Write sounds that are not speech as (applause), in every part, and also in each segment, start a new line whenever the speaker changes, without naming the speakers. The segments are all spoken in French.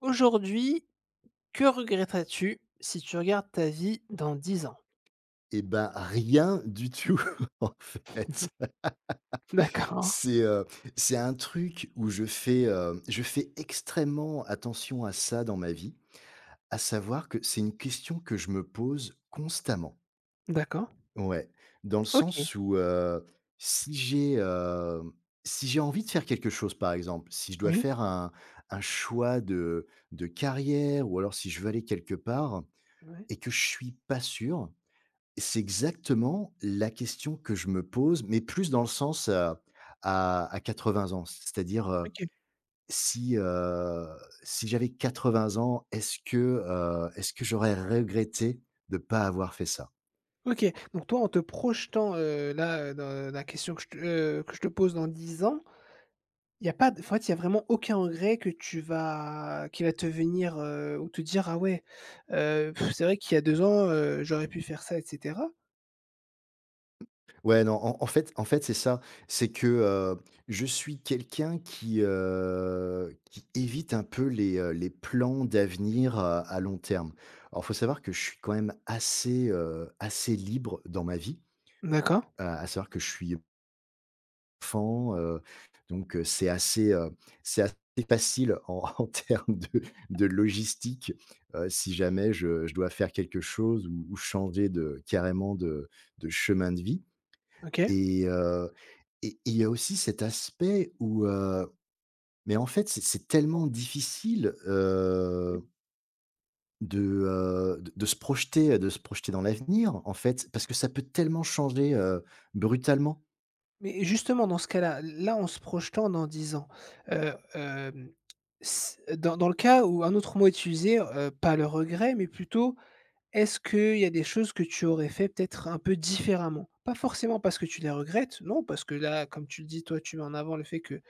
Aujourd'hui, que regretterais-tu si tu regardes ta vie dans 10 ans?
Et ben rien du tout, (laughs) en fait.
D'accord,
C'est, heu, c'est un truc où je fais extrêmement attention à ça dans ma vie, à savoir que c'est une question que je me pose constamment.
d'accord.
Ouais, dans le
OK,
sens où, si j'ai, hem, si j'ai envie de faire quelque chose, par exemple, si je dois
oui,
faire un choix de carrière ou alors si je veux aller quelque part
ouais,
et que je suis pas sûr. C'est exactement la question que je me pose, mais plus dans le sens, à 80 ans. C'est-à-dire,
OK,
si, heu, si j'avais 80 ans, est-ce que j'aurais regretté de ne pas avoir fait ça?
OK. Donc toi, en te projetant, là, dans la question que je te pose dans 10 ans. Il y a pas de En fait, il y a vraiment aucun regret que tu vas qui va te venir, ou te dire: «Ah ouais, c'est vrai qu'il y a 2 ans, j'aurais pu faire ça» et cetera?
Ouais, non, en fait, c'est ça. C'est que, je suis quelqu'un qui évite un peu les plans d'avenir, à long terme. Alors, faut savoir que je suis quand même assez libre dans ma vie,
D'accord,
à savoir que je suis enfants, donc c'est assez facile en (laughs) en termes de logistique, si jamais je dois faire quelque chose ou changer de carrément de chemin de vie
OK.
et heu et il y a aussi cet aspect où, mais en fait, c'est tellement difficile, de, de se projeter, de se projeter dans l'avenir, en fait, parce que ça peut tellement changer, brutalement.
Mais justement dans ce cas-là, là, en se projetant dans 10 ans, hem, s dans dans le cas où un autre mot utilisé, pas le regret, mais plutôt. Est-ce qu'il y a des choses que tu aurais fait peut-être un peu différemment? Pas forcément parce que tu les regrettes, non, parce que là, comme tu le dis, toi, tu mets en avant le fait que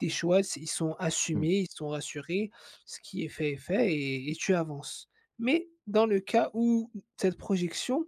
tes choix, c'est ils sont
Mmh.
assumés, ils sont rassurés, ce qui est fait et tu avances. Mais dans le cas où cette projection,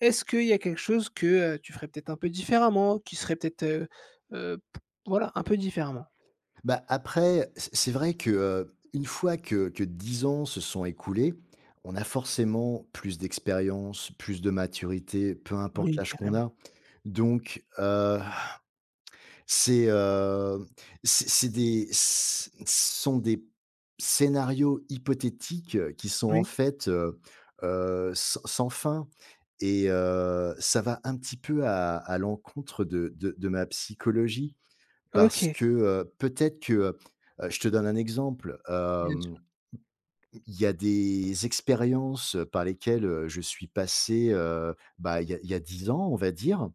est-ce qu'il y a quelque chose que, tu ferais peut-être un peu différemment, qui serait peut-être, p voilà, un peu différemment?
Bah, après, c'est vrai que, une fois que 10 ans se sont écoulés, on a forcément plus d'expérience, plus de maturité, peu importe
Oui,
l'âge qu'on
carrément.
a. Donc, c'est, heu, c'est des ce sont des scénarios hypothétiques, qui sont en
Oui.
fait, sans fin et ça va un petit peu à l'encontre de ma psychologie. Parce
OK,
que, peut-être que, je te donne un exemple,
bien sûr.
il y a des expériences par lesquelles, je suis passé, bah, il y a 10 ans, on va dire,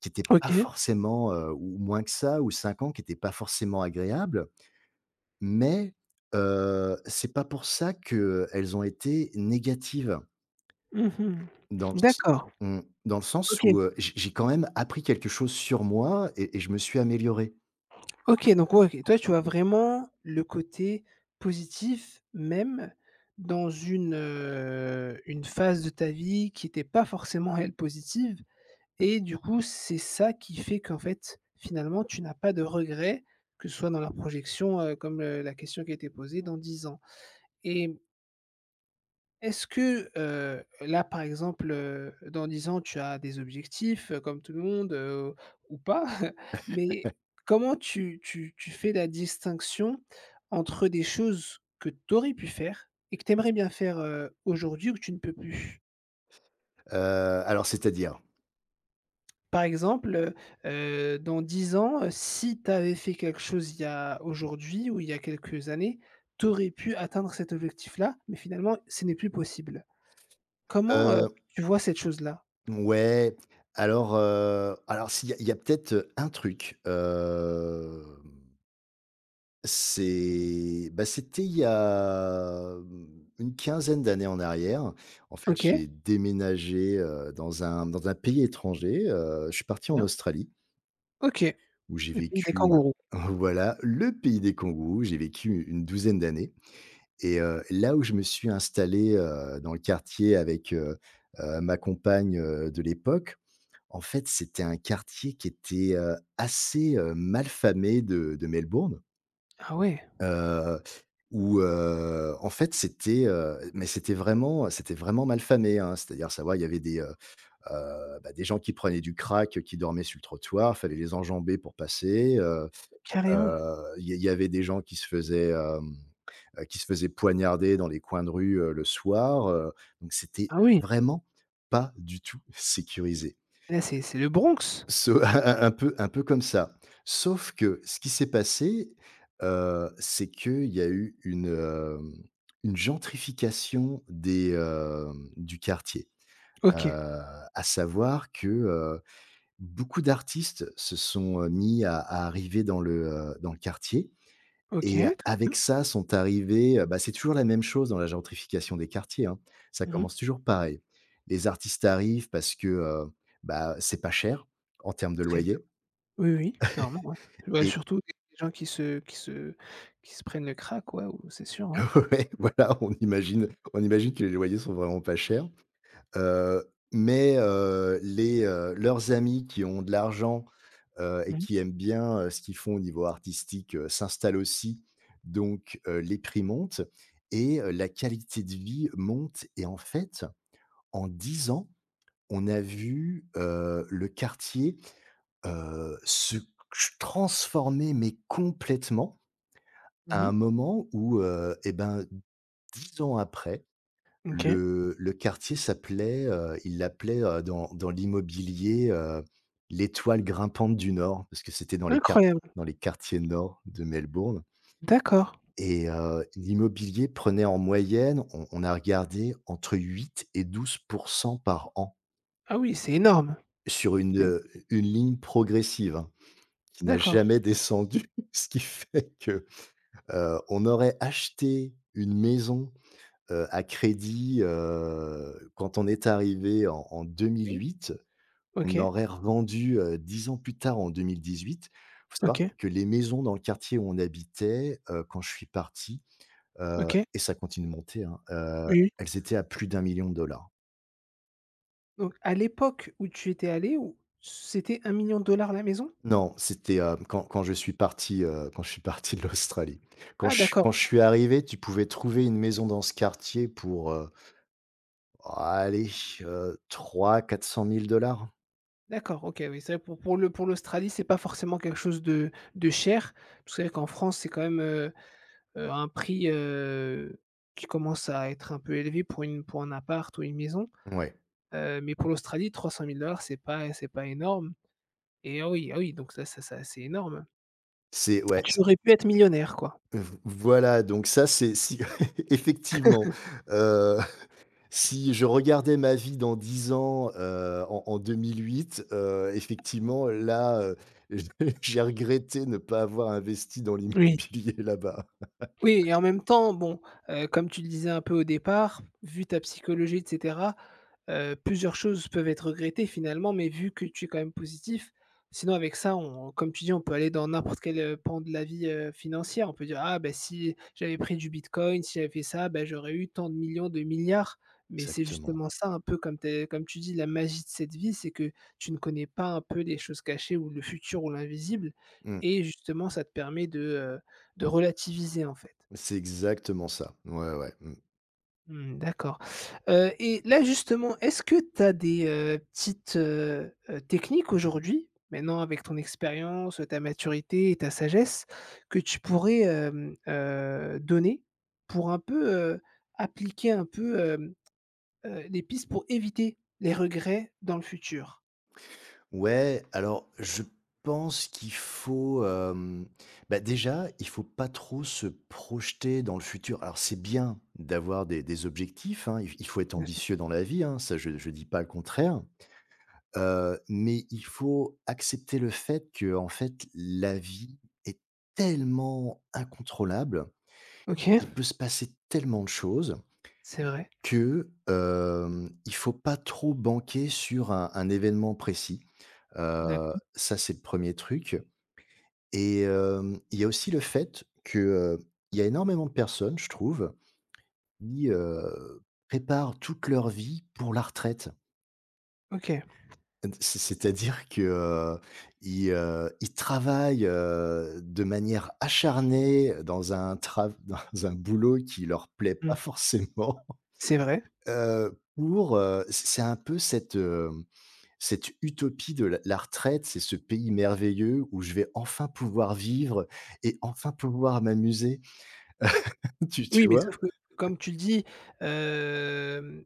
qui n'étaient pas
OK.
forcément, ou moins que ça, ou 5 ans, qui n'étaient pas forcément agréables, mais, c'est pas pour ça qu'elles ont été négatives.
Mmh.
Dans le s
D'accord.
mmh, dans le sens
OK.
où, j'ai quand même appris quelque chose sur moi et je me suis amélioré.
OK, donc ouais, OK. Toi, tu vois vraiment le côté positif, même dans une phase de ta vie qui était pas forcément, elle, positive et du coup, c'est ça qui fait qu'en fait, finalement, tu n'as pas de regrets, que ce soit dans la projection, comme, la question qui a été posée, dans 10 ans. Et est-ce que, là, par exemple, dans 10 ans, tu as des objectifs, comme tout le monde, ou pas, (laughs) mais comment tu fais la distinction entre des choses que tu aurais pu faire et que tu aimerais bien faire, aujourd'hui ou que tu ne peux plus?
Heu, alors c'est-à-dire?
Par exemple, dans 10 ans, si tu avais fait quelque chose il y a aujourd'hui ou il y a quelques années, tu aurais pu atteindre cet objectif-là, mais finalement, ce n'est plus possible. Comment, tu vois cette chose-là?
Ouais, alors s'il y a peut-être un truc, c'était il y a, une quinzaine d'années en arrière. En fait,
OK.
j'ai déménagé, dans un pays étranger, je suis parti en
Bien.
Australie
OK,
où j'ai
le pays des
vécu,
kangourous.
(laughs) voilà, le pays des kangourous, j'ai vécu une douzaine d'années et là où je me suis installé, dans le quartier avec, ma compagne, de l'époque. En fait, c'était un quartier qui était, assez, malfamé de Melbourne,
Ah ouais,
heu, où, en fait, mais c'était vraiment malfamé, hein. C'est-à-dire, savoir, il y avait des, bah, des gens qui prenaient du crack, qui dormaient sur le trottoir, fallait les enjamber pour passer,
carrément.
il y avait des gens qui se faisaient poignarder dans les coins de rue, le soir, donc c'était
Ah oui,
vraiment pas du tout (laughs) sécurisé.
là, c'est le Bronx?
So (laughs) un peu comme ça. Sauf que ce qui s'est passé, c'est qu'il y a eu une gentrification du quartier. Heu,
OK,
à savoir que, beaucoup d'artistes se sont, mis à arriver dans le quartier
OK,
et
très bien.
avec ça sont arrivés, bah, c'est toujours la même chose dans la gentrification des quartiers, hein. Ça
Mmh mh.
commence toujours pareil. Les artistes arrivent parce que, bah, c'est pas cher en termes de
Très bien.
loyer.
Oui, oui, clairement, ouais. Ouais,
Et
surtout des gens qui se prennent le crack, ouais, ou c'est sûr, ouais.
(laughs) ouais, voilà, on imagine que les loyers sont vraiment pas chers, heu, mais leurs amis qui ont de l'argent, et
Mmh mh.
qui aiment bien, ce qu'ils font au niveau artistique, s'installent aussi, donc les prix montent et la qualité de vie monte et en fait, en 10 ans, on a vu, le quartier, se transformer mais complètement
Mmh
à un
mh.
moment où, et ben 10 ans après,
OK.
le quartier s'appelait, dans l'immobilier, l'étoile grimpante du Nord » parce que c'était dans les quar
Incroyable.
dans les quartiers nord de Melbourne
D'accord.
et l'immobilier prenait en moyenne, on a regardé, entre 8 et 12% par an
Ah oui, c'est énorme.
sur une,
Oui.
heu, une ligne progressive, hein, qui n'a
D'accord.
jamais descendu. (laughs) Ce qui fait que, on aurait acheté une maison à crédit, quand on est arrivé en
Oui.
2008, on
OK,
aurait revendu, 10 ans plus tard en 2018. Faut savoir
OK,
que les maisons dans le quartier où on habitait, quand je suis parti,
OK.
et ça continue de monter, hein,
Oui, oui.
elles étaient à plus d'un million de dollars.
Donc à l'époque où tu étais allé, ou c'était 1 million de dollars la maison?
Non, c'était, quand je suis parti de l'Australie. Quand
Ah
je suis
d'accord.
quand je suis arrivé, tu pouvais trouver une maison dans ce quartier pour, allez, 300, 400 000 dollars.
D'accord, OK, oui, c'est vrai pour le pour l'Australie, c'est pas forcément quelque chose de cher. Parce que c'est vrai qu'en France, c'est quand même, un prix, qui commence à être un peu élevé pour une pour un appart ou une maison.
Ouais,
Mais pour l'Australie, 300 000 dollars, c'est pas énorme et ah oui, ah oui, donc ça c'est énorme.
c'est ouais.
Tu aurais pu être millionnaire, quoi.
v Voilà, donc ça, c'est si (laughs) effectivement,
(laughs)
heu, (laughs) si je regardais ma vie dans 10 ans, en 2008, effectivement, là, (laughs) j'ai regretté ne pas avoir investi dans
Oui.
l'immobilier (laughs) là-bas.
Oui et en même temps, bon, comme tu le disais un peu au départ, vu ta psychologie et cetera, plusieurs choses peuvent être regrettées finalement, mais vu que tu es quand même positif, sinon avec ça on comme tu dis, on peut aller dans n'importe quel, pan de la vie, financière. On peut dire: «Ah ben si j'avais pris du bitcoin, si j'avais fait ça, ben j'aurais eu tant de millions, de milliards». Mais c'est
Exactement.
justement ça un peu comme tu dis, la magie de cette vie, c'est que tu ne connais pas un peu les choses cachées ou le futur ou l'invisible
Mmh.
et justement ça te permet de relativiser en fait.
C'est exactement ça. Ouais, ouais, mmh.
Mmh, d'accord, et là, justement, est-ce que tu as des, petites, techniques aujourd'hui, maintenant avec ton expérience, ta maturité et ta sagesse, que tu pourrais, donner pour heu, appliquer un peu, les pistes pour éviter les regrets dans le futur?
Ouais, alors je pense qu'il faut, bah, déjà, il faut pas trop se projeter dans le futur. Alors c'est bien d'avoir des objectifs, hein, il faut être
Bien sûr.
ambitieux dans la vie, hein, ça je dis pas le contraire, mais il faut accepter le fait que en fait la vie est tellement incontrôlable,
OK,
il peut se passer tellement de choses
c'est vrai.
que, il faut pas trop banquer sur un événement précis.
D'accord.
Ça, c'est le premier truc et il y a aussi le fait que, il y a énormément de personnes, je trouve, qui préparent toute leur vie pour la retraite.
OK.
D C'est à dire que, ils travaillent, de manière acharnée dans un trav (laughs) dans un boulot qui leur plaît pas
Mmh.
forcément,
C'est vrai.
(laughs) pour, c'est un peu cette, Cette utopie de la retraite, c'est ce pays merveilleux où je vais enfin pouvoir vivre et enfin pouvoir m'amuser. (laughs) Tu
Oui, mais
vois?
sauf que, comme tu le dis, hem,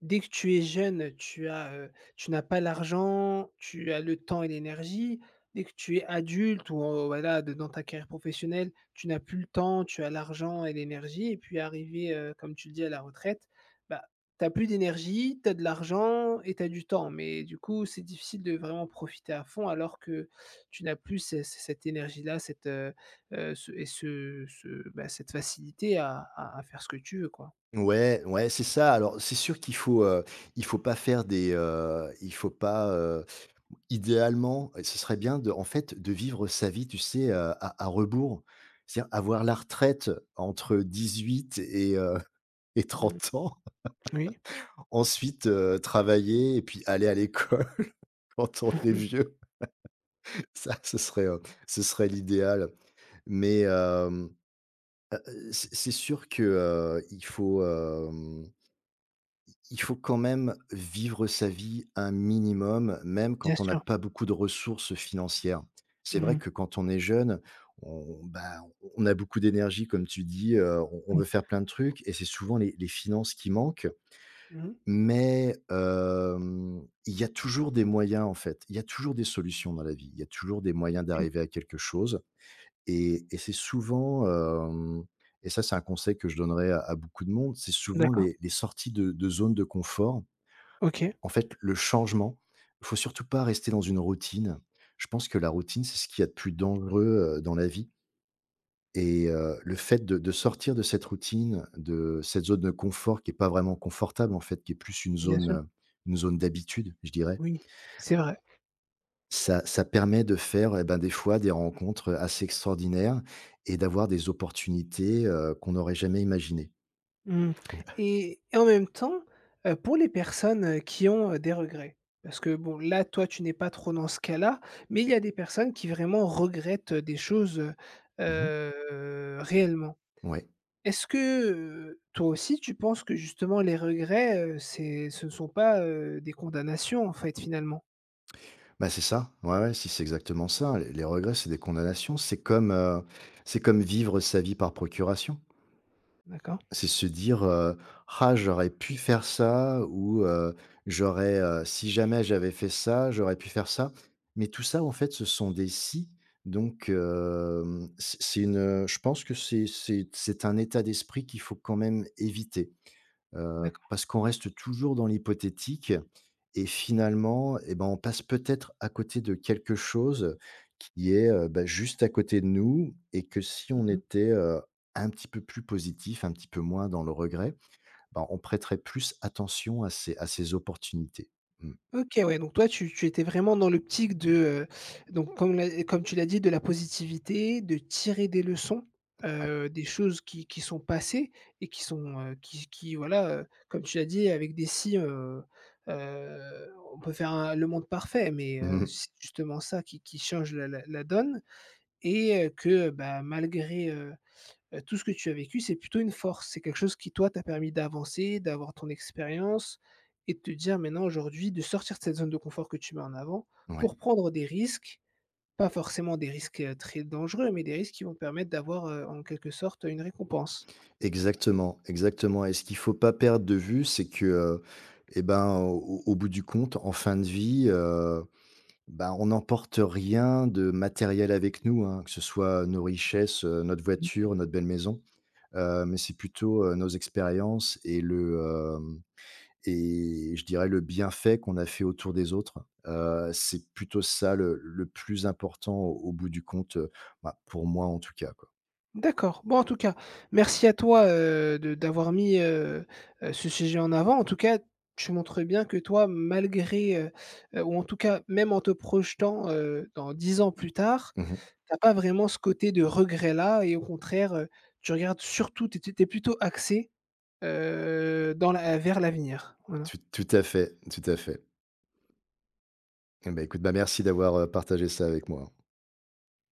dès que tu es jeune, tu n'as pas l'argent, tu as le temps et l'énergie. Dès que tu es adulte ou en voilà, de dans ta carrière professionnelle, tu n'as plus le temps, tu as l'argent et l'énergie et puis arrivé, comme tu le dis, à la retraite, bah, tu as plus d'énergie, tu as de l'argent et tu as du temps. Mais du coup, c'est difficile de vraiment profiter à fond alors que tu n'as plus cette énergie-là, cette, ce et ce ce bah, cette facilité à faire ce que tu veux, quoi.
Ouais, ouais, c'est ça. Alors, c'est sûr il faut pas, idéalement, et ce serait bien de en fait, de vivre sa vie, tu sais, à rebours. C'est-à-dire avoir la retraite entre 18 et (laughs) et
Mmh.
30 ans,
Oui.
ensuite, travailler et puis aller à l'école (laughs) quand on
Mmh
est
mh.
vieux. Ça, ce serait l'idéal, mais bah, c'est sûr que, il faut quand même vivre sa vie un minimum, même
Bien
quand on n'a
sûr.
pas beaucoup de ressources financières. C'est vrai
Mmh.
que quand on est jeune, on bah, on a beaucoup d'énergie comme tu dis, on
Oui.
veut faire plein de trucs et c'est souvent les finances qui manquent,
Mmh.
mais il y a toujours des moyens en fait. Il y a toujours des solutions dans la vie. Il y a toujours des moyens
Oui.
d'arriver à quelque chose. Et c'est souvent, hem et ça, c'est un conseil que je donnerais à beaucoup de monde, c'est souvent
D'accord.
les sorties de zone de confort.
OK.
En fait, le changement, il faut surtout pas rester dans une routine. Je pense que la routine, c'est ce qu'il y a de plus dangereux, dans la vie et le fait de sortir de cette routine, de cette zone de confort qui est pas vraiment confortable, en fait, qui est plus une
Bien
zone,
sûr.
heu, une zone d'habitude, je dirais.
Oui, c'est vrai.
Ça permet de faire, eh ben, des fois, des rencontres assez extraordinaires et d'avoir des opportunités, qu'on n'aurait jamais imaginées.
Mmh. Et en même temps, pour les personnes, qui ont, des regrets, parce que bon, là, toi, tu n'es pas trop dans ce cas-là, mais il y a des personnes qui vraiment regrettent, des choses,
Mmh.
réellement.
Ouais.
Est-ce que, toi aussi tu penses que justement les regrets, c'est ce ne sont pas, des condamnations en fait finalement?
Bah, c'est ça. Ouais, ouais, si, c'est exactement ça. Les regrets, c'est des condamnations. C'est comme vivre sa vie par procuration.
D'accord.
C'est se dire, Ah j'aurais pu faire ça » ou J'aurais, si jamais j'avais fait ça, j'aurais pu faire ça ». Mais tout ça en fait ce sont des « si », donc je pense que c'est un état d'esprit qu'il faut quand même éviter. Heu,
D'accord.
parce qu'on reste toujours dans l'hypothétique et finalement eh ben, on passe peut-être à côté de quelque chose qui est, bah, juste à côté de nous et que si on
Mmh.
était, un petit peu plus positif, un petit peu moins dans le regret, bah, on prêterait plus attention à ces opportunités. Mmh,
OK, ouais, donc toi tu étais vraiment dans l'optique de, donc comme tu l'as dit, de la positivité, de tirer des leçons,
ouais.
des choses qui sont passées et qui sont, qui voilà, comme tu l'as dit avec des si, on peut faire un le monde parfait mais,
Mmh.
c'est justement ça qui change la donne. Et que, bah, malgré, tout ce que tu as vécu, c'est plutôt une force. C'est quelque chose qui, toi, t'a permis d'avancer, d'avoir ton expérience et de te dire maintenant aujourd'hui de sortir de cette zone de confort que tu mets en avant
Ouais.
pour prendre des risques, pas forcément des risques, très dangereux, mais des risques qui vont te permettre d'avoir, en quelque sorte, une récompense.
Exactement, exactement et ce qu'il faut pas perdre de vue, c'est que, et ben, au bout du compte, en fin de vie, bah, on n'emporte rien de matériel avec nous, hein, que ce soit nos richesses, notre voiture, notre belle maison, mais c'est plutôt, nos expériences et le, hem et je dirais le bienfait qu'on a fait autour des autres. C'est plutôt ça le plus important au bout du compte, bah, pour moi en tout cas, quoi.
D'accord. Bon, en tout cas, merci à toi, de d'avoir mis, ce sujet en avant. En tout cas, tu montres bien que toi, malgré, ou en tout cas, même en te projetant, dans 10 ans plus tard,
Mmh.
t'as pas vraiment ce côté de regret-là et au contraire, tu regardes surtout tu es plutôt axé, dans la vers l'avenir. Voilà.
Tout à fait, tout à fait. Eh bah, écoute, bah, merci d'avoir, partagé ça avec moi.